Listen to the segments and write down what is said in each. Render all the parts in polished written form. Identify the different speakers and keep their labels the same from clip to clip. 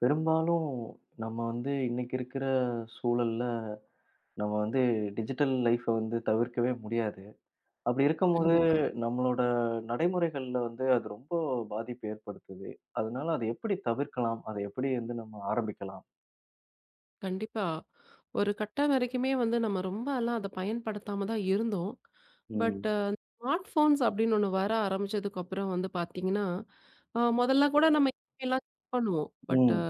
Speaker 1: பெரும்பாலும் நம்ம வந்து இன்னைக்கு இருக்கிற சூழல்ல, நம்ம வந்து டிஜிட்டல் லைஃப வந்து தவிர்க்கவே முடியாது. அப்படி இருக்கும்போது
Speaker 2: கண்டிப்பா,
Speaker 1: நம்மளோட நடைமுறைகள்ல வந்து அது ரொம்ப பாதிப்பு ஏற்படுத்துது. அதனால அத எப்படி தவிர்க்கலாம்? அத எப்படி வந்து நம்ம ஆரம்பிக்கலாம்?
Speaker 2: கண்டிப்பா. ஒரு கட்டம் வரைக்குமே வந்து நம்ம ரொம்பலாம் அத பயன்படுத்தாம தான் இருந்தோம். பட்
Speaker 1: ம்.
Speaker 2: ஸ்மார்ட் ஃபோன்ஸ் அப்படின்னு ஒண்ணு வர ஆரம்பிச்சதுக்கு அப்புறம் வந்து பார்த்தீங்கன்னா,
Speaker 1: இப்போ முதல்ல
Speaker 2: முதல்ல கூட நம்ம இமெயில்லாம் செக் பண்ணுவோம். பட்
Speaker 1: ம்.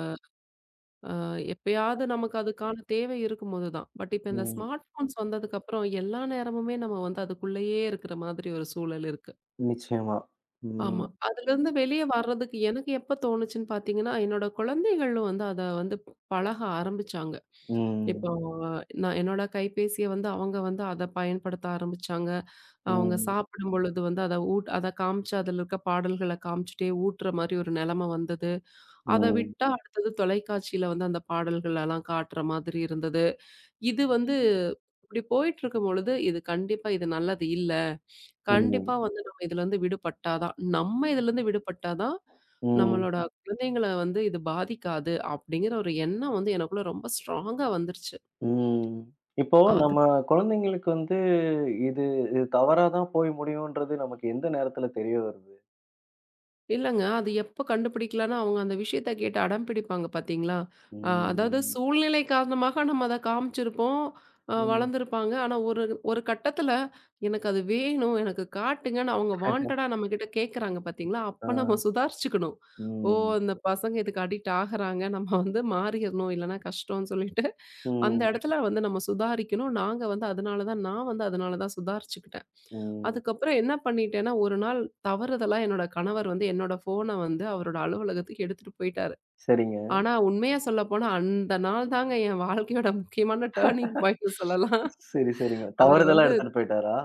Speaker 2: அ எப்பயாவது நமக்கு அதுக்கான தேவை இருக்கும்போது தான். பட் இப்ப இந்த
Speaker 1: ம்.
Speaker 2: ஸ்மார்ட் ஃபோன்ஸ் வந்ததுக்கு அப்புறம் எல்லா நேரமுமே நம்ம வந்து அதுக்குள்ளேயே இருக்கிற மாதிரி ஒரு சூழல் இருக்கு.
Speaker 1: நிச்சயமா.
Speaker 2: ஆமா.
Speaker 1: ம்.
Speaker 2: அதுலருந்து வெளிய வர்றதுக்கு எனக்கு எப்ப தோணுச்சுன்னு பார்த்தீங்கன்னா, என்னோட குழந்தைகளும் வந்து அத வந்து பழக ஆரம்பிச்சாங்க.
Speaker 1: ம்.
Speaker 2: இப்போ நான் என்னோட கைபேசிய வந்து அவங்க வந்து அத பயன்படுத்த ஆரம்பிச்சாங்க. அவங்க
Speaker 1: ம்.
Speaker 2: சாப்பிடும் பொழுது வந்து அத காமிச்சு அதுல இருக்க பாடல்கள காமிச்சுட்டே ஊட்டுற மாரி ஒரு நெலம வந்தது. அத
Speaker 1: ம்.
Speaker 2: விட்டா அடுத்தது தொலைக்காட்சியில வந்து அந்த பாடல்களலாம் காட்டுற மாதிரி இருந்தது. இது வந்து இப்படி போயிட்டுருக்கும் பொழுது, இது கண்டிப்பா இது நல்லது இல்ல. கண்டிப்பா
Speaker 1: ம்.
Speaker 2: வந்து நம்ம இதுலருந்து விடுபட்டா தான்,
Speaker 1: ம்.
Speaker 2: நம்மளோட குழந்தைங்கள வந்து இது பாதிக்காது, அப்படிங்கிற ஒரு எண்ணம் வந்து எனக்குள்ள ரொம்ப ஸ்ட்ராங்கா வந்துருச்சு.
Speaker 1: ம். இப்போ நம்ம
Speaker 2: அதுக்கு
Speaker 1: குழந்தைங்களுக்கு வந்து இது இது தவறா தான் போய் முடியுன்றது நமக்கு எந்த நேரத்துல தெரிய வருது?
Speaker 2: இல்லங்க. அது எப்ப கண்டுபிடிக்கலான்னா, அவங்க அந்த விஷயத்த கேட்டு அடம் பிடிப்பாங்க பார்த்தீங்களா? அதாவது
Speaker 1: ம்.
Speaker 2: சூழ்நிலை காரணமாக நம்ம அத காமிச்சிருப்போம்.
Speaker 1: ம்.
Speaker 2: வளர்ந்துருப்பாங்க. ஆனா ஒரு ஒரு கட்டத்துல எனக்கு அது வேணும், எனக்கு காட்டுங்கன்னு அவங்க வாண்டடா நம்மகிட்ட கேட்கறாங்க பார்த்தீங்களா? அப்ப
Speaker 1: ஆ.
Speaker 2: நம்ம சுதாரிச்சுக்கணும். ஓ!
Speaker 1: ம்.
Speaker 2: அந்த பசங்க இதுக்கு அடிக்ட் ஆகுறாங்க. நம்ம வந்து மாறிறணும். இல்லன்னா கஷ்டம்னு சொல்லிட்டு, அந்த
Speaker 1: ம்.
Speaker 2: இடத்துல வந்து நம்ம சுதாரிக்கணும். நாங்க வந்து அதனால தான் நான் வந்து அதனால தான் சுதாரிச்சுக்கிட்டேன்.
Speaker 1: ம்.
Speaker 2: அதுக்கப்புறம் என்ன பண்ணிட்டேன்னா, ஒரு நாள் தவறுதலா என்னோட கணவர் வந்து என்னோட ஃபோன வந்து அவரோட அலுவலகத்துக்கு எடுத்துட்டு போயிட்டாரு.
Speaker 1: சரிங்க.
Speaker 2: ஆனா உண்மைய சொல்லப்போனா, அந்த நாள் தாங்க என் வாழ்க்கையோட முக்கியமான டர்னிங் பாயிண்ட்னு சொல்லலாம்.
Speaker 1: சரி, சரிங்க.
Speaker 2: அவரு
Speaker 1: தவறுதலா
Speaker 2: வந்து
Speaker 1: எடுத்துட்டு போயிட்டாரா?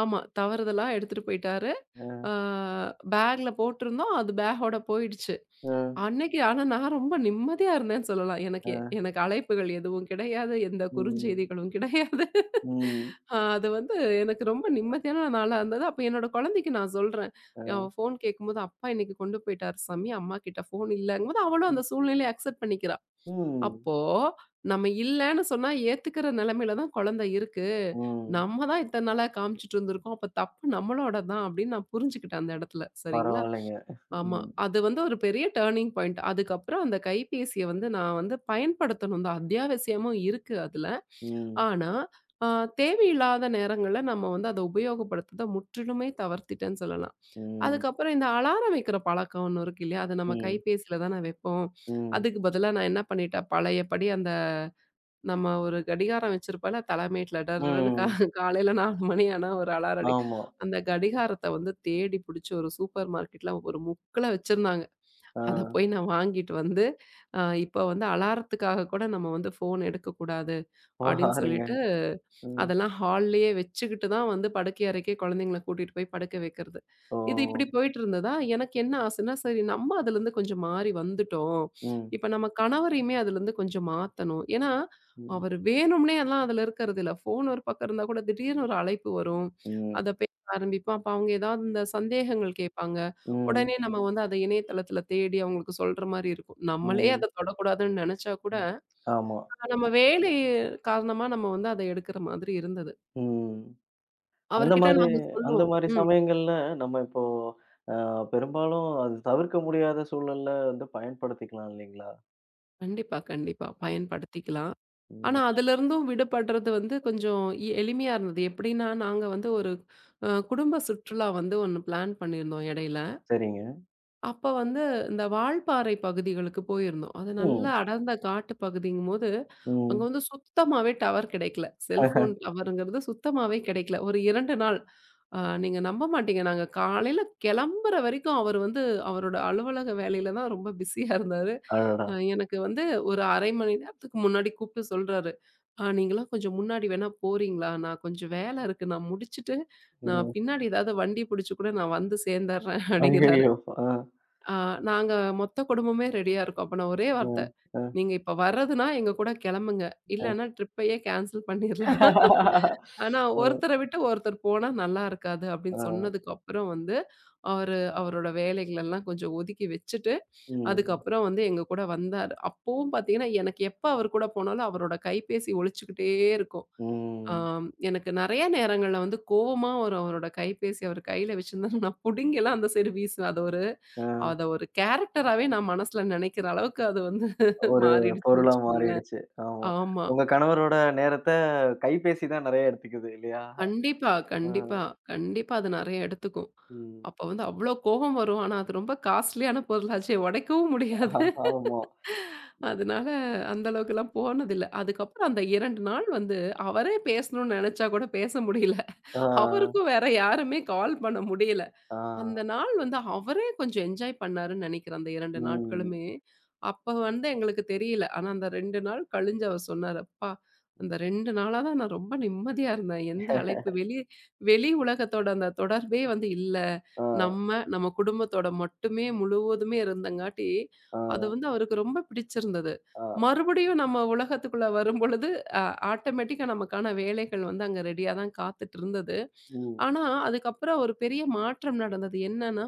Speaker 2: ஆமா. தவறுதலா எடுத்துட்டு போயிட்டாரு.
Speaker 1: அ,
Speaker 2: ஆ பேக்ல போட்டிருந்தோம். அது பேக்கோட போயிடுச்சு.
Speaker 1: அ,
Speaker 2: அன்னைக்கு ஆனா நான் ரொம்ப நிம்மதியா இருந்தேன்னு சொல்லலாம். எனக்கு
Speaker 1: அ.
Speaker 2: எனக்கு அழைப்புகள் எதுவும் கிடையாது. எந்த
Speaker 1: ம்.
Speaker 2: குறுஞ்செய்திகளும் கிடையாது.
Speaker 1: ம்.
Speaker 2: ஆ அது வந்து எனக்கு ரொம்ப நிம்மதியான நாளா இருந்தது. அப்ப என்னோட குழந்தைக்கு நான் சொல்றேன். அவ
Speaker 1: அ.
Speaker 2: ஃபோன் கேட்கும்போது, "அப்பா இன்னைக்கு கொண்டு போயிட்டாரு சாமி. அம்மா கிட்ட ஃபோன் இல்லங்கும்போது" அவளும் அந்த சூழ்நிலைய அக்செப்ட் பண்ணிக்கிறா.
Speaker 1: ம்.
Speaker 2: அப்போ நம்ம இல்லன்னு சொன்னா ஏத்துக்கிற நிலைமையில தான் குழந்தை இருக்கு.
Speaker 1: ம்.
Speaker 2: நம்ம தான் இத்தன நாளா காமிச்சுட்டு இருந்திருக்கோம். அப்ப தப்பு நம்மளோட தான் அப்படின்னு நான் புரிஞ்சுக்கிட்டேன் அந்த இடத்துல. சரிங்களா?
Speaker 1: பரவாயில்லைங்க.
Speaker 2: ஆமா.
Speaker 1: ம்.
Speaker 2: அது வந்து ஒரு பெரிய டர்னிங் பாயிண்ட். அதுக்கப்புறம் அந்த கைபேசிய வந்து நான் வந்து பயன்படுத்தணும் தான். அத்தியாவசியமும் இருக்கு அதுல.
Speaker 1: ம்.
Speaker 2: ஆனா, அ தேவையில்லாத நேரங்கள்ல நம்ம வந்து அத உபயோகப்படுத்துறத முற்றிலுமே தவிர்த்துட்டேன்னு சொல்லலாம்.
Speaker 1: ம்.
Speaker 2: அதுக்கப்புறம் இந்த அலாரம் வைக்கிற பழக்கம் ஒண்ணு இருக்கு இல்லையா? அத நம்ம
Speaker 1: ம்.
Speaker 2: கைபேசியில தான வைப்போம்.
Speaker 1: ம்.
Speaker 2: அதுக்கு பதிலா நான் என்ன பண்ணிட்டேன், பழையபடி அந்த நம்ம ஒரு கடிகாரம் வச்சிருப்போம்ல தலைமேட்ல டர்ருன்னு
Speaker 1: ம்.
Speaker 2: காலையில 4 மணி ஆனா ஒரு அலாரம் அடி
Speaker 1: ஆமா.
Speaker 2: அந்த கடிகாரத்த வந்து தேடி புடிச்சு ஒரு சூப்பர் மார்க்கெட்ல ஒரு முக்குல வச்சிருந்தாங்க.
Speaker 1: ஆ.
Speaker 2: அத போய் நான் வாங்கிட்டு வந்து, இப்ப வந்து அலாரத்துக்காக கூட நம்ம வந்து ஃபோன் எடுக்கக்கூடாது அப்படின்னு
Speaker 1: பாருங்க.
Speaker 2: சொல்லிட்டு
Speaker 1: ம்.
Speaker 2: அதெல்லாம் ஹால்லயே வச்சுக்கிட்டு தான் வந்து படுக்கை அறைக்கே குழந்தைங்கள கூட்டிட்டு போய் படுக்க வைக்கிறது.
Speaker 1: ஓ!
Speaker 2: இது இப்படி போயிட்டு இருந்ததா, எனக்கு என்ன ஆசைன்னா, சரி நம்ம அதுலருந்து கொஞ்சம் மாறி வந்துட்டோம்.
Speaker 1: ம்.
Speaker 2: இப்ப நம்ம கணவரையுமே அதுலருந்து கொஞ்சம் மாத்தணும். ஏன்னா,
Speaker 1: ம்.
Speaker 2: அவர் வேணும்னே எல்லாம் அதுல இருக்கிறது இல்ல. ஃபோன் ஒரு பக்கம் இருந்தா கூட திடீர்னு ஒரு அழைப்பு வரும்.
Speaker 1: ம்.
Speaker 2: அத பேச ஆரம்பிப்போம். அப்ப அவங்க ஏதாவது இந்த சந்தேகங்கள் கேட்பாங்க.
Speaker 1: ம்.
Speaker 2: உடனே நம்ம வந்து அத இணையதளத்துல தேடி அவங்களுக்கு சொல்ற மாரி இருக்கும். நம்மளே
Speaker 1: ம்.
Speaker 2: அத தொடக்கூடாதுன்னு நெனச்சா கூட,
Speaker 1: ம். ஆமா.
Speaker 2: நம்ம வேலை காரணமா நம்ம வந்து அத எடுக்கிற மாதிரி இருந்தது.
Speaker 1: ம். அந்த
Speaker 2: அவர்கிட்ட
Speaker 1: மாரி
Speaker 2: நாங்க
Speaker 1: அந்த
Speaker 2: சொல்லுவோம்.
Speaker 1: மாரி
Speaker 2: ம்.
Speaker 1: சமயங்கள்ல நம்ம இப்போ அ பெரும்பாலும் அது தவிர்க்க முடியாத சூழல்ல வந்து பயன்படுத்திக்கலாம் இல்லைங்களா?
Speaker 2: கண்டிப்பா, கண்டிப்பா. பயன்படுத்திக்கலாம்.
Speaker 1: ம்.
Speaker 2: ஆனா
Speaker 1: ஆனா
Speaker 2: அதிலருந்தும்
Speaker 1: அதுலருந்து
Speaker 2: விடுபடுறது வந்து கொஞ்சம் எளிமையா இருந்தது. எப்படின்னா, நாங்க வந்து ஒரு குடும்ப சுற்றுலா வந்து ஒண்ணு பிளான் பண்ணியிருந்தோம் இடையில.
Speaker 1: சரிங்க.
Speaker 2: அப்ப வந்து இந்த வால்பாறை பகுதிகளுக்கு போயிருந்தோம். அது
Speaker 1: ம்.
Speaker 2: நல்லா அடர்ந்த காட்டு பகுதிங்கும்போது,
Speaker 1: ரொம்ப ம்.
Speaker 2: அங்க வந்து சுத்தமாவே டவர் கிடைக்கல. செல்ஃபோன் டவருங்கிறது சுத்தமாவே கிடைக்கல. ஒரு 2 நாள். அ நீங்க நம்ப மாட்டீங்க. நாங்க காலையில கிளம்புற வரைக்கும் அவர் வந்து அவரோட அலுவலக வேலையில தான் ரொம்ப பிஸியா இருந்தாரு.
Speaker 1: அடடா!
Speaker 2: எனக்கு வந்து ஒரு 1/2 மணி நேரத்துக்கு முன்னாடி கூப்பிட்டு சொல்றாரு, நீங்கலாம் கொஞ்சம் முன்னாடி வேணா போறீங்களா? நான் கொஞ்சம் வேலை இருக்கு. நான் முடிச்சுட்டு நான்
Speaker 1: ம்.
Speaker 2: பின்னாடி ஏதாவது வண்டி புடிச்சு கூட நான் வந்து சேர்ந்தர்றேன்" அப்படிங்கிறாரு.
Speaker 1: ஐயய்யோ! ஆ.
Speaker 2: ஆ நாங்க மொத்த குடும்பமே ரெடியா இருக்கோம். அப்ப நான் ஒரே வார்த்த,
Speaker 1: ம். அ.
Speaker 2: "நீங்க இப்ப வர்றதுன்னா எங்க கூட கெளம்புங்க. இல்லன்னா ட்ரிப்பையே கேன்சல் பண்ணிரலாம். ஆனா
Speaker 1: அ.
Speaker 2: ஒருத்தர விட்டு ஒருத்தர் போனா நல்லா இருக்காது."
Speaker 1: ஆ.
Speaker 2: அப்படின்னு சொன்னதுக்கு அப்புறம் வந்து, அவரு அவரோட வேலைகளெல்லாம் கொஞ்சம் ஒதுக்கி வச்சுட்டு,
Speaker 1: ம்.
Speaker 2: அதுக்கப்புறம் வந்து எங்க கூட வந்தாரு. அப்பவும் பாத்தீங்கன்னா, எனக்கு எப்ப அவர் கூட போனாலும் அவரோட கைபேசி ஒலிச்சுக்கிட்டே
Speaker 1: இது.
Speaker 2: இருக்கும்.
Speaker 1: ம்.
Speaker 2: ஆம் எனக்கு நெறைய நேரங்கள்ல வந்து கோவமா வரும் அவரோட கைபேசி அவர் கையில வச்சிருந்தா நான் புடுங்கிலாம் அந்த சைடு வீசுவேன். அது ஒரு
Speaker 1: அ
Speaker 2: அத ஒரு கேரக்டராவே நான் மனசுல நெனைக்கிற அளவுக்கு அது வந்து
Speaker 1: ஒரு
Speaker 2: மாறிடுச்சுன்னு
Speaker 1: பொருளா
Speaker 2: வச்சுக்கோங்களேன்.
Speaker 1: மாறிடுச்சு. ஆமா.
Speaker 2: ஆமா.
Speaker 1: உங்க கணவரோட நேரத்த கைபேசி தான் நெறைய எடுத்துக்குது இல்லையா?
Speaker 2: கண்டிப்பா, கண்டிப்பா,
Speaker 1: அ.
Speaker 2: கண்டிப்பா அது நெறைய எடுத்துக்கும்.
Speaker 1: ம்.
Speaker 2: அப்ப வந்து அவ்ளோ கோபம் வரும். ஆனா அது ரொம்ப காஸ்ட்லியான பொருளாச்சே உடைக்கவும் முடியாது.
Speaker 1: ஆமா.
Speaker 2: அதனால அந்த அளவுக்குலாம் போனதில்ல. அதுக்கப்புறம் அந்த 2 நாள் வந்து அவரே பேசணும்னு நெனச்சா கூட பேச முடியல.
Speaker 1: ఆ!
Speaker 2: அவருக்கும் வேற யாருமே கால் பண்ண முடியல.
Speaker 1: ఆ!
Speaker 2: அந்த நாள் வந்து அவரே கொஞ்சம் என்ஜாய் பண்ணாருன்னு நினைக்கிறேன், அந்த 2
Speaker 1: హ్మ్.
Speaker 2: நாட்களுமே. அப்ப வந்து எங்களுக்கு தெரியல. ஆனா அந்த 2 நாள் கழிஞ்சு அவர் சொன்னாரு, "அப்பா! அந்த 2 நாளா தான் நான் ரொம்ப நிம்மதியா இருந்தேன். எந்த அழைப்பு வெளி வெளி உலகத்தோட அந்த தொடர்பே வந்து இல்ல.
Speaker 1: ఆ!
Speaker 2: நம்ம, நம்ம குடும்பத்தோட மட்டுமே முழுவதுமே இருந்தங்காட்டி, அது
Speaker 1: ఆ!
Speaker 2: வந்து அவருக்கு ரொம்ப பிடிச்சிருந்தது."
Speaker 1: ఆ! హ్మ్.
Speaker 2: மறுபடியும் நம்ம உலகத்துக்குள்ள வரும்பொழுது, அ ஆட்டோமேட்டிக்கா நமக்கான வேலைகள் வந்து அங்க ரெடியா தான் காத்துட்டு இருந்தது. ஆனா, அதுக்கப்புறம் ஒரு பெரிய மாற்றம் நடந்தது. என்னன்னா,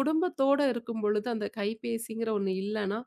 Speaker 2: குடும்பத்தோட இருக்கும் பொழுது அந்த கைபேசிங்கிற ஒண்ணு இல்லன்னா,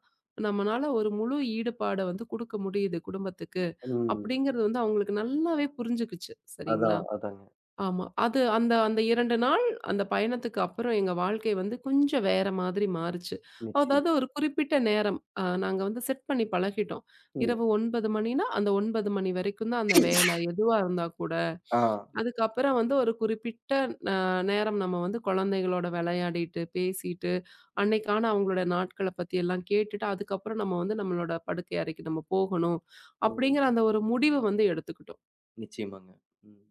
Speaker 2: நம்மனால ஒரு முழு ஈடுபாட வந்து குடுக்க முடியுது குடும்பத்துக்கு.
Speaker 1: ம்.
Speaker 2: அப்படிங்கிறது வந்து அவங்களுக்கு நல்லாவே புரிஞ்சுக்குச்சு. சரிங்களா?
Speaker 1: அதான், அதாங்க.
Speaker 2: ஆமா. அது அந்த அந்த 2 நாள், அந்த பயணத்துக்கு அப்புறம் எங்க வாழ்க்கை வந்து கொஞ்சம் வேற மாதிரி மாறுச்சு.
Speaker 1: நிச்சயம்.
Speaker 2: அதாவது ஒரு குறிப்பிட்ட நேரம், நாங்க வந்து செட் பண்ணி பழகிட்டோம்.
Speaker 1: ம்.
Speaker 2: இரவு 9 மணினா, அந்த 9 மணி வரைக்கும் தான் அந்த வேலை, எதுவா இருந்தா கூட.
Speaker 1: ஆ.
Speaker 2: அதுக்கப்புறம் வந்து ஒரு குறிப்பிட்ட அ நேரம் நம்ம வந்து குழந்தைகளோட விளையாடிட்டு, பேசிட்டு, அன்னைக்கான அவங்களோட நாட்கள பத்தி எல்லாம் கேட்டுட்டு, அதுக்கப்புறம் நம்ம வந்து நம்மளோட படுக்கை அறைக்கு நம்ம போகணும், அப்படிங்கிற
Speaker 1: ம்.
Speaker 2: அந்த ஒரு முடிவு வந்து எடுத்துக்கிட்டோம்.
Speaker 1: நிச்சயமாங்க. ம்.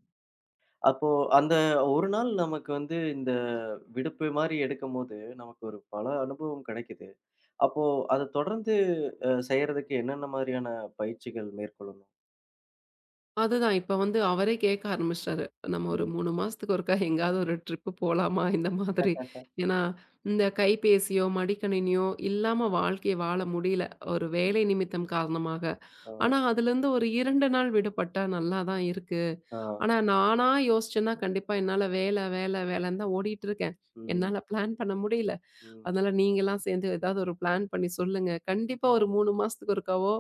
Speaker 1: அப்போ அந்த ஒரு நாள் நமக்கு வந்து இந்த விடுப்பு மாரி எடுக்கும்போது, நமக்கு ஒரு பல அனுபவம் கிடைக்குது. அப்போ அத தொடர்ந்து செய்யறதுக்கு என்னென்ன மாரியான பயிற்சிகள் மேற்கொள்ளணும்?
Speaker 2: அதுதான். இப்ப வந்து அவரே கேட்க ஆரம்பிச்சுட்டாரு. நம்ம ஒரு
Speaker 1: ம்.
Speaker 2: 3 மாசத்துக்கு ஒருக்கா எங்கேயாவது ஒரு ட்ரிப்பு போலாமா? இந்த மாதிரி. ஏன்னா, இந்த கைபேசியோ, மடிக்கணினியோ இல்லாம வாழ்க்கைய வாழ முடியல. ஒரு வேலை நிமித்தம் காரணமாக. ஆனா,
Speaker 1: ஆ.
Speaker 2: அதுலேருந்து ஒரு 2 நாள் விடுபட்டா நல்லா தான் இருக்கு.
Speaker 1: ஆ.
Speaker 2: ஆனா, நானா யோசிச்சேன்னா கண்டிப்பா என்னால வேல, வேல, வேலன்னு தான் ஓடிட்டு இருக்கேன்.
Speaker 1: ம்.
Speaker 2: என்னால பிளான் பண்ண முடியல.
Speaker 1: ம்.
Speaker 2: அதனால நீங்கலாம் சேர்ந்து ஏதாவது ஒரு பிளான் பண்ணி சொல்லுங்க. கண்டிப்பா ஒரு 3 மாசத்துக்கு ஒருக்காவோ,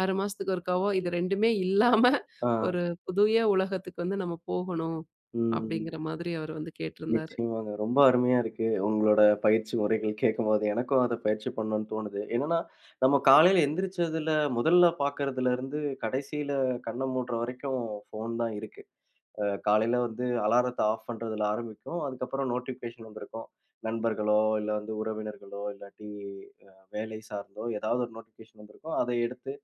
Speaker 2: 6 மாசத்துக்கு ஒருக்காவோ இது 2மே இல்லாம
Speaker 1: ஆ.
Speaker 2: ஒரு புதிய உலகத்துக்கு வந்து நம்ம போகணும்.
Speaker 1: ம்.
Speaker 2: அப்படிங்கிற மாதிரி அவர் வந்து கேட்டிருந்தாரு.
Speaker 1: நிச்சயமாங்க. ரொம்ப அருமையா இருக்கு. உங்களோட பயிற்சி முறைகள் கேட்கும்போது, எனக்கும் அத பயிற்சி பண்ணணும்னு தோணுது. என்னன்னா, நம்ம காலையில எந்திரிச்சதுல முதல்ல பார்க்கறதுலருந்து, கடைசியில கண்ண மூடுற வரைக்கும் ஃபோன் தான் இருக்கு. காலையில வந்து அலாரத்த ஆஃப் பண்றதுல ஆரம்பிக்கும். அதுக்கப்புறம் நோட்டிஃபிகேஷன் வந்திருக்கும். நண்பர்களோ, இல்ல வந்து உறவினர்களோ, இல்லாட்டி வேலை சார்ந்தோ ஏதாவது ஒரு நோட்டிஃபிகேஷன் வந்திருக்கும். அதை எடுத்து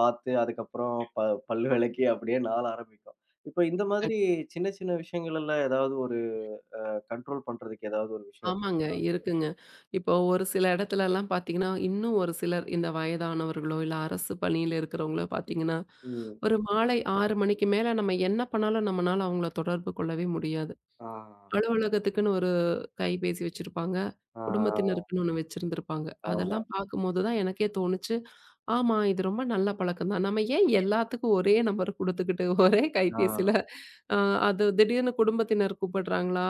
Speaker 1: பார்த்து, அதுக்கப்புறம் பல் விளக்கி அப்படியே நாள் ஆரம்பிக்கும். இப்ப இந்த
Speaker 2: கண்
Speaker 1: மாதிரி சின்ன சின்ன விஷயங்கள்ல ஏதாவது ஒரு கண்ட்ரோல் பண்றதுக்கு ஏதாவது ஒரு விஷயம் இருக்கு.
Speaker 2: ஆமாங்க இருக்குங்க. இப்போ ஒரு சில இடத்துலலாம் பார்த்தீங்கன்னா, இன்னும் ஒரு சிலர் இந்த வயதானவர்களோ, இல்ல அரசு பணியில இருக்கிறவங்களோ பார்த்தீங்கன்னா,
Speaker 1: ம்.
Speaker 2: ஒரு மாலை 6 மணிக்கு மேல நம்ம என்ன பண்ணாலும் நம்மனால அவங்கள தொடர்பு கொள்ளவே முடியாது.
Speaker 1: ஆ.
Speaker 2: அலுவலகத்துக்குன்னு ஒரு கைபேசி வச்சிருப்பாங்க.
Speaker 1: ஆ.
Speaker 2: குடும்பத்தினருக்குன்னு ஒண்ணு வச்சிருந்திருப்பாங்க.
Speaker 1: ஆமா.
Speaker 2: அதெல்லாம் பார்க்கும்போது தான் எனக்கே தோணுச்சு, ஆமா இது ரொம்ப நல்ல பழக்கம் தான். நம்ம ஏன் எல்லாத்துக்கும் ஒரே நம்பர் குடுத்துக்கிட்டு, ஒரே
Speaker 1: ஆ.
Speaker 2: கைபேசியில அ அது திடீர்னு குடும்பத்தினர் கூப்பிடுறாங்களா?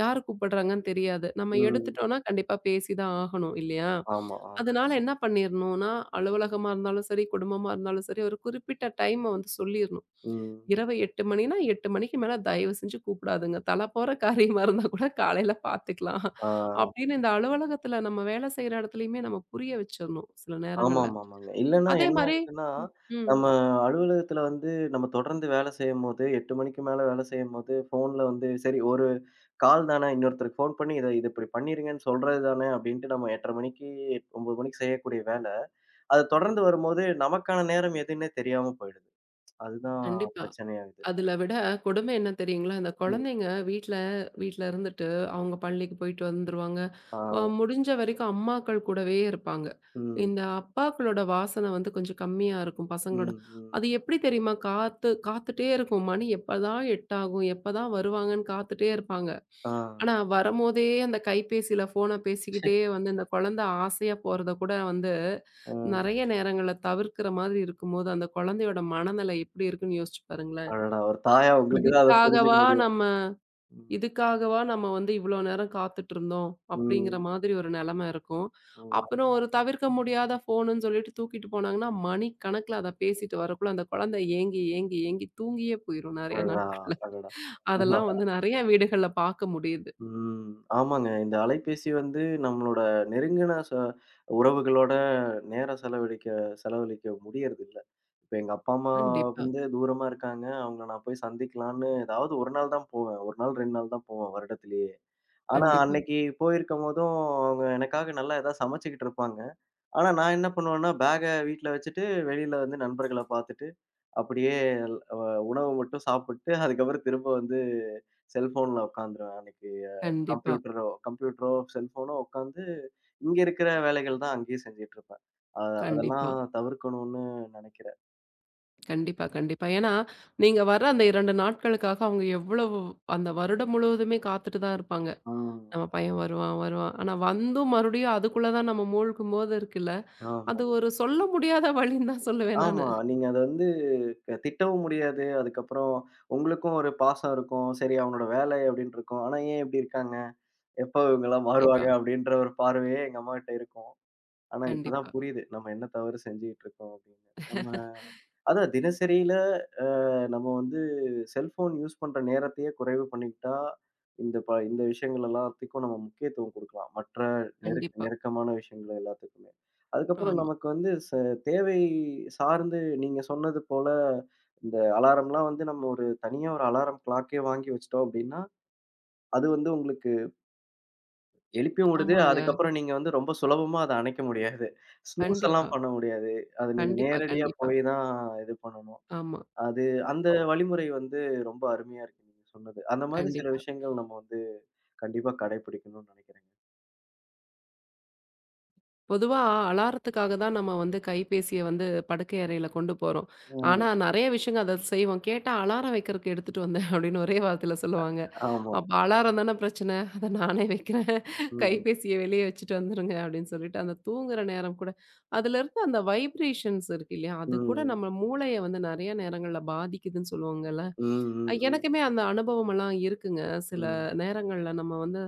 Speaker 2: யார் கூப்பிடுறாங்கன்னு தெரியாது. நம்ம
Speaker 1: ம்.
Speaker 2: எடுத்துட்டோம்னா கண்டிப்பா பேசி தான் ஆகணும் இல்லையா?
Speaker 1: ஆமா, ஆமா.
Speaker 2: அதனால என்ன பண்ணிரணும்னா, அலுவலகமா இருந்தாலும் சரி, குடும்பமா இருந்தாலும் சரி, ஒரு குறிப்பிட்ட டைம வந்து சொல்லிரணும்.
Speaker 1: ம்.
Speaker 2: இரவு 8 மணினா 8 மணிக்கு மேல தயவு செஞ்சு கூப்பிடாதுங்க. தல போற காரியமா இருந்தா கூட காலையில பார்த்துக்கலாம்.
Speaker 1: ஆ.
Speaker 2: அப்படின்னு இந்த அலுவலகத்துல நம்ம வேலை செய்ற இடத்துலயுமே நம்ம புரிய வச்சிரணும் சில நேரங்கள்ல.
Speaker 1: ஆமாமாமாங்க. இல்லன்னா
Speaker 2: அதே
Speaker 1: என்ன
Speaker 2: மாரி
Speaker 1: ஆயிடுதுன்னா,
Speaker 2: ம்.
Speaker 1: நம்ம அலுவலகத்துல வந்து நம்ம தொடர்ந்து வேலை செய்யும்போது 8 மணிக்கு மேல வேலை செய்யும்போது ஃபோன்ல வந்து சரி ஒரு கால் தானே இன்னொருத்தருக்கு ஃபோன் பண்ணி இது இப்படி பண்ணிருங்கன்னு சொல்றது தானே அப்படின்ட்டு நம்ம 8:30 மணிக்கு 9 மணிக்கு செய்யக்கூடிய வேலை, அது தொடர்ந்து வரும்போது நமக்கான நேரம் எதுன்னே தெரியாம போயிடுது. அதுதான்
Speaker 2: கண்டிப்பா.
Speaker 1: பிரச்சனையாகுது.
Speaker 2: அதுல விட கொடுமை என்ன தெரியுங்களா? இந்த
Speaker 1: ம்.
Speaker 2: குழந்தைங்க வீட்ல வீட்ல இருந்துட்டு அவங்க பள்ளிக்கு போயிட்டு வந்துருவாங்க.
Speaker 1: ஆ.
Speaker 2: முடிஞ்ச வரைக்கும் அம்மாக்கள் கூடவே இருப்பாங்க.
Speaker 1: ம்.
Speaker 2: இந்த அப்பாக்களோட வாசனை வந்து கொஞ்சம் கம்மியா இருக்கும் பசங்களோட.
Speaker 1: ம். ம்.
Speaker 2: அது எப்படி தெரியுமா? காத்து காத்துட்டே இருக்கும். மணி எப்பதான் 8 ஆகும்? எப்பதான் வருவாங்கன்னு காத்துட்டே இருப்பாங்க.
Speaker 1: ஆ.
Speaker 2: ஆனா வரும்போதே அந்த கைபேசியில ஃபோன பேசிக்கிட்டே வந்து இந்த குழந்தை ஆசையா போறத கூட வந்து
Speaker 1: ஆ.
Speaker 2: நெறைய நேரங்கள்ல தவிர்க்கிற மாதிரி இருக்கும்போது, அந்த குழந்தையோட மனநிலை எப்படி இருக்குன்னு யோசிச்சு பாருங்களேன்.
Speaker 1: அடடா! ஒரு தாயா உங்களுக்கு தான் அத புரிஞ்சுக்க
Speaker 2: இதுக்காகவா
Speaker 1: முடியும்.
Speaker 2: நம்ம
Speaker 1: ம்.
Speaker 2: இதுக்காகவா நம்ம வந்து இவ்வளோ நேரம் காத்துட்ருந்தோம், அப்படிங்கிற
Speaker 1: ம்.
Speaker 2: மாதிரி ஒரு நெலம இருக்கும்.
Speaker 1: ம்.
Speaker 2: அப்புறம் ஒரு தவிர்க்க முடியாத ஃபோனுன்னு சொல்லிட்டு தூக்கிட்டு போனாங்கன்னா, மணிக்கணக்குல அத பேசிட்டு வரக்குள்ள அந்த குழந்தை ஏங்கி, ஏங்கி, ஏங்கி தூங்கியே போயிரும் நெறைய
Speaker 1: அடடா!
Speaker 2: நாட்கள்ல.
Speaker 1: அடடா!
Speaker 2: அதெல்லாம் வந்து நெறைய வீடுகள்ல பாக்க முடியுது.
Speaker 1: ம். ஆமாங்க. இந்த அலைபேசி வந்து நம்மளோட நெருங்கின உறவுகளோட நேரம் செலவழிக்க செலவழிக்க முடியறதில்ல. இப்ப எங்க அப்பா, அம்மா
Speaker 2: கண்டிப்பா,
Speaker 1: வந்து தூரமா இருக்காங்க. அவங்கள நான் போய் சந்திக்கலான்னு ஏதாவது ஒரு நாள் தான் போவேன். 1 நாள், 2 நாள் தான் போவேன் வருடத்திலேயே. ஆனா,
Speaker 2: கண்டிப்பா,
Speaker 1: அன்னைக்கு போயிருக்கும்போதும் அவங்க எனக்காக நல்லா ஏதாவது சமைச்சுக்கிட்டு இருப்பாங்க. ஆனா நான் என்ன பண்ணுவேன்னா, பேக்க வீட்ல வச்சுட்டு, வெளியில வந்து நண்பர்கள பார்த்துட்டு, அப்படியே அ உணவு மட்டும் சாப்பிட்டு, அதுக்கப்புறம் திரும்ப வந்து செல்ஃபோன்ல உட்காந்துருவேன். அன்னைக்கு
Speaker 2: கண்டிப்பா,
Speaker 1: கம்ப்யூட்டரோ கம்ப்யூட்டரோ, செல்ஃபோனோ உட்காந்து, இங்க இருக்கிற வேலைகள் தான் அங்கேயே செஞ்சுட்டு இருப்பேன். அ
Speaker 2: கண்டிப்பா,
Speaker 1: அதெல்லாம் தவிர்க்கணும்னு நெனைக்கிறேன்.
Speaker 2: கண்டிப்பா, கண்டிப்பா. ஏன்னா, நீங்க வர அந்த 2 நாட்களுக்காக அவங்க எவ்வளவு அந்த வருடம் முழுவதுமே காத்துட்டு தான் இருப்பாங்க.
Speaker 1: ம்.
Speaker 2: நம்ம பையன் வருவான், வருவான். ஆனா வந்தும் மறுபடியும் அதுக்குள்ள தான் நம்ம மூழ்கும்போது இருக்குல்ல, அது
Speaker 1: ஆமாங்க.
Speaker 2: ஒரு சொல்ல முடியாத வலின்னு தான் சொல்லுவேன் நானு.
Speaker 1: ஆமா. நீங்க அத வந்து திட்டவும் முடியாது. அதுக்கப்புறம் உங்களுக்கும் ஒரு பாசம் இருக்கும். சரி அவனோட வேலை அப்படின்னு இருக்கும். ஆனா ஏன் இப்படி இருக்காங்க? எப்ப இவங்கலாம்
Speaker 2: கண்டிப்பா,
Speaker 1: மாறுவாங்க? அப்படின்ற ஒரு பார்வையே எங்க அம்மாகிட்ட இருக்கும். ஆனா இப்பதான்
Speaker 2: கண்டிப்பா,
Speaker 1: புரியுது. நம்ம என்ன தவறு செஞ்சுகிட்டு இருக்கோம் அப்படின்னு. நம்ம அதான் தினசரியில அ நம்ம வந்து செல்ஃபோன் யூஸ் பண்ற நேரத்தையே குறைவு பண்ணிக்கிட்டா, இந்த இந்த விஷயங்கள் எல்லாத்துக்கும் நம்ம முக்கியத்துவம் குடுக்கலாம். மற்ற
Speaker 2: கண்டிப்பா.
Speaker 1: நெருக்கமான விஷயங்கள் எல்லாத்துக்குமே. அதுக்கப்புறம்
Speaker 2: ஆமா.
Speaker 1: நமக்கு வந்து தேவை சார்ந்து நீங்க சொன்னது போல, இந்த அலாரம்லாம் வந்து நம்ம ஒரு தனியா ஒரு அலாரம் கிளாக்கே வாங்கி வச்சுட்டோம் அப்படின்னா, அது வந்து உங்களுக்கு எழுப்பியும் விடுது.
Speaker 2: ஆமாங்க.
Speaker 1: அதுக்கப்புறம் நீங்க வந்து ரொம்ப சுலபமா அத அணைக்க முடியாது. ஸ்னூஸ்
Speaker 2: கண்டிப்பா,
Speaker 1: எல்லாம் பண்ண முடியாது. அது நீங்க
Speaker 2: கண்டிப்பா,
Speaker 1: நேரடியா
Speaker 2: கண்டிப்பா.
Speaker 1: போய் தான் இது பண்ணணும்.
Speaker 2: ஆமா.
Speaker 1: அது அந்த
Speaker 2: ஒ
Speaker 1: வழிமுறை வந்து ரொம்ப அருமையா இருக்கு நீங்க சொன்னது. அந்த மாதிரி சில
Speaker 2: கண்டிப்பா.
Speaker 1: விஷயங்கள் நம்ம வந்து கண்டிப்பா கடைபிடிக்கணும்னு நெனைக்கிறேங்க.
Speaker 2: பொதுவா அலாரத்துக்காக தான் நம்ம வந்து கைபேசிய வந்து படுக்கை அறையில கொண்டு போறோம். ஆனா,
Speaker 1: ம்.
Speaker 2: நெறைய விஷயங்கள் அத செய்வோம். கேட்டா "அலாரம் வைக்கிறதுக்கு எடுத்துட்டு வந்தேன்" அப்படின்னு ஒரே வார்த்தையில சொல்லுவாங்க.
Speaker 1: ஆமா.
Speaker 2: அப்ப அலாரம் தானே பிரச்சனை. அத நானே வைக்கிறேன்.
Speaker 1: ம்.
Speaker 2: கைபேசிய வெளிய வச்சுட்டு வந்துருங்க அப்டின்னு சொல்லிட்டு, அந்த தூங்குற நேரம் கூட அதுலருந்து அந்த வைப்ரேஷன்ஸ் இருக்கு இல்லையா? அது கூட
Speaker 1: ம்.
Speaker 2: நம்ம மூளைய வந்து நெறைய நேரங்கள்ல பாதிக்குதுன்னு சொல்லுவாங்கல்ல.
Speaker 1: ம். ம்.
Speaker 2: எனக்குமே அந்த அனுபவமெல்லாம் இருக்குங்க. சில
Speaker 1: ம்.
Speaker 2: நேரங்கள்ல நம்ம வந்து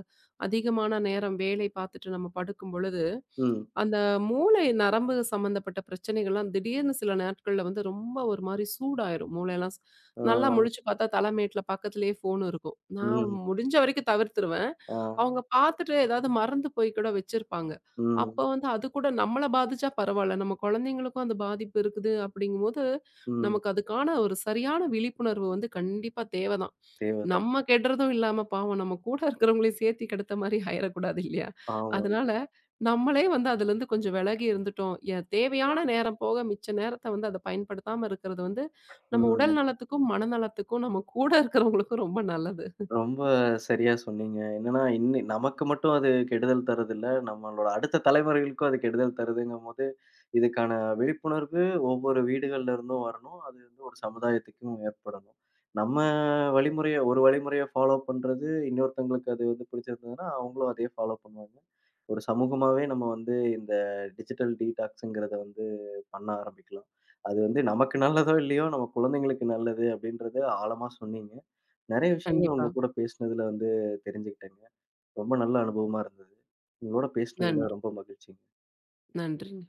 Speaker 2: அதிகமான நேரம் வேலை பார்த்துட்டு நம்ம படுக்கும் பொழுது,
Speaker 1: ம்.
Speaker 2: அந்த மூளை நரம்பு சம்மந்தப்பட்ட பிரச்சனைகள்லாம் திடீர்னு சில நாட்கள்ல வந்து ரொம்ப ஒரு மாரி சூடாயிரும். மூளைலாம் நல்லா
Speaker 1: ம். ஆ.
Speaker 2: முழிச்சு பார்த்தா தலை மேட்ல பக்கத்திலேயே ஃபோன் இருக்கும். நான்
Speaker 1: ம்.
Speaker 2: முடிஞ்ச வரைக்கும் தவிர்த்துருவேன்.
Speaker 1: ஆ.
Speaker 2: அவங்க பார்த்துட்டு ஏதாவது மறந்து போய் கூட வச்சிருப்பாங்க. அப்ப
Speaker 1: ம்.
Speaker 2: வந்து அது கூட நம்மள பாதிச்சா பரவால்ல. நம்ம குழந்தைங்களுக்கும் அந்த பாதிப்பு இருக்குது அப்படிங்கும்போது,
Speaker 1: ம்.
Speaker 2: நமக்கு அதுக்கான ஒரு சரியான விழிப்புணர்வு வந்து கண்டிப்பா தேவதான்.
Speaker 1: தேவதான்.
Speaker 2: நம்ம கெடுறதும் இல்லாம பாவம் நம்ம கூட இருக்கிறவங்களையும் சேர்த்தி கெடுத்த மாரி ஆயிறக்கூடாது இல்லையா?
Speaker 1: ஆமா.
Speaker 2: அதனால நம்மளே வந்து அதுலருந்து கொஞ்சம் விலகி இருந்துட்டோம். தேவையான நேரம் போக மிச்ச நேரத்த வந்து அத பயன்படுத்தாம இருக்கிறது வந்து, நம்ம உடல்
Speaker 1: ம்.
Speaker 2: நலத்துக்கும், மனநலத்துக்கும், நம்ம கூட இருக்கிறவங்களுக்கும் ரொம்ப நல்லது.
Speaker 1: ரொம்ப சரியா சொன்னீங்க. என்னன்னா, இன்னி நமக்கு மட்டும் அது கெடுதல் தர்றதில்ல. நம்மளோட அடுத்த தலைமுறைகளுக்கும் அது கெடுதல் தருதுங்கும்போது, இதுக்கான விழிப்புணர்வு ஒவ்வொரு வீடுகள்ல இருந்தும் வரணும். அது வந்து ஒரு சமுதாயத்துக்கும் ஏற்படணும். நம்ம ஒரு வழிமுறைய ஃபாலோ பண்றது, இன்னொருத்தங்களுக்கு அது வந்து பிடிச்சிருந்ததுன்னா, அவங்களும் அதே ஃபாலோ பண்ணுவாங்க. ஒரு சமூகமாவே நம்ம வந்து இந்த டிஜிட்டல் டீடாக்ஸ்ங்கிறத வந்து பண்ண ஆரம்பிக்கலாம். அது வந்து நமக்கு நல்லதோ! இல்லையோ! நம்ம குழந்தைங்களுக்கு நல்லது அப்படின்றத ஆழமா சொன்னீங்க. நெறைய விஷயங்கள்
Speaker 2: கண்டிப்பா.
Speaker 1: உங்க கூட பேசினதுல வந்து தெரிஞ்சுக்கிட்டேங்க. ரொம்ப நல்ல அனுபவமா இருந்தது. உங்களோட ம். பேசினதுல
Speaker 2: நன்றி.
Speaker 1: ரொம்ப மகிழ்ச்சிங்க.
Speaker 2: நன்றிங்க.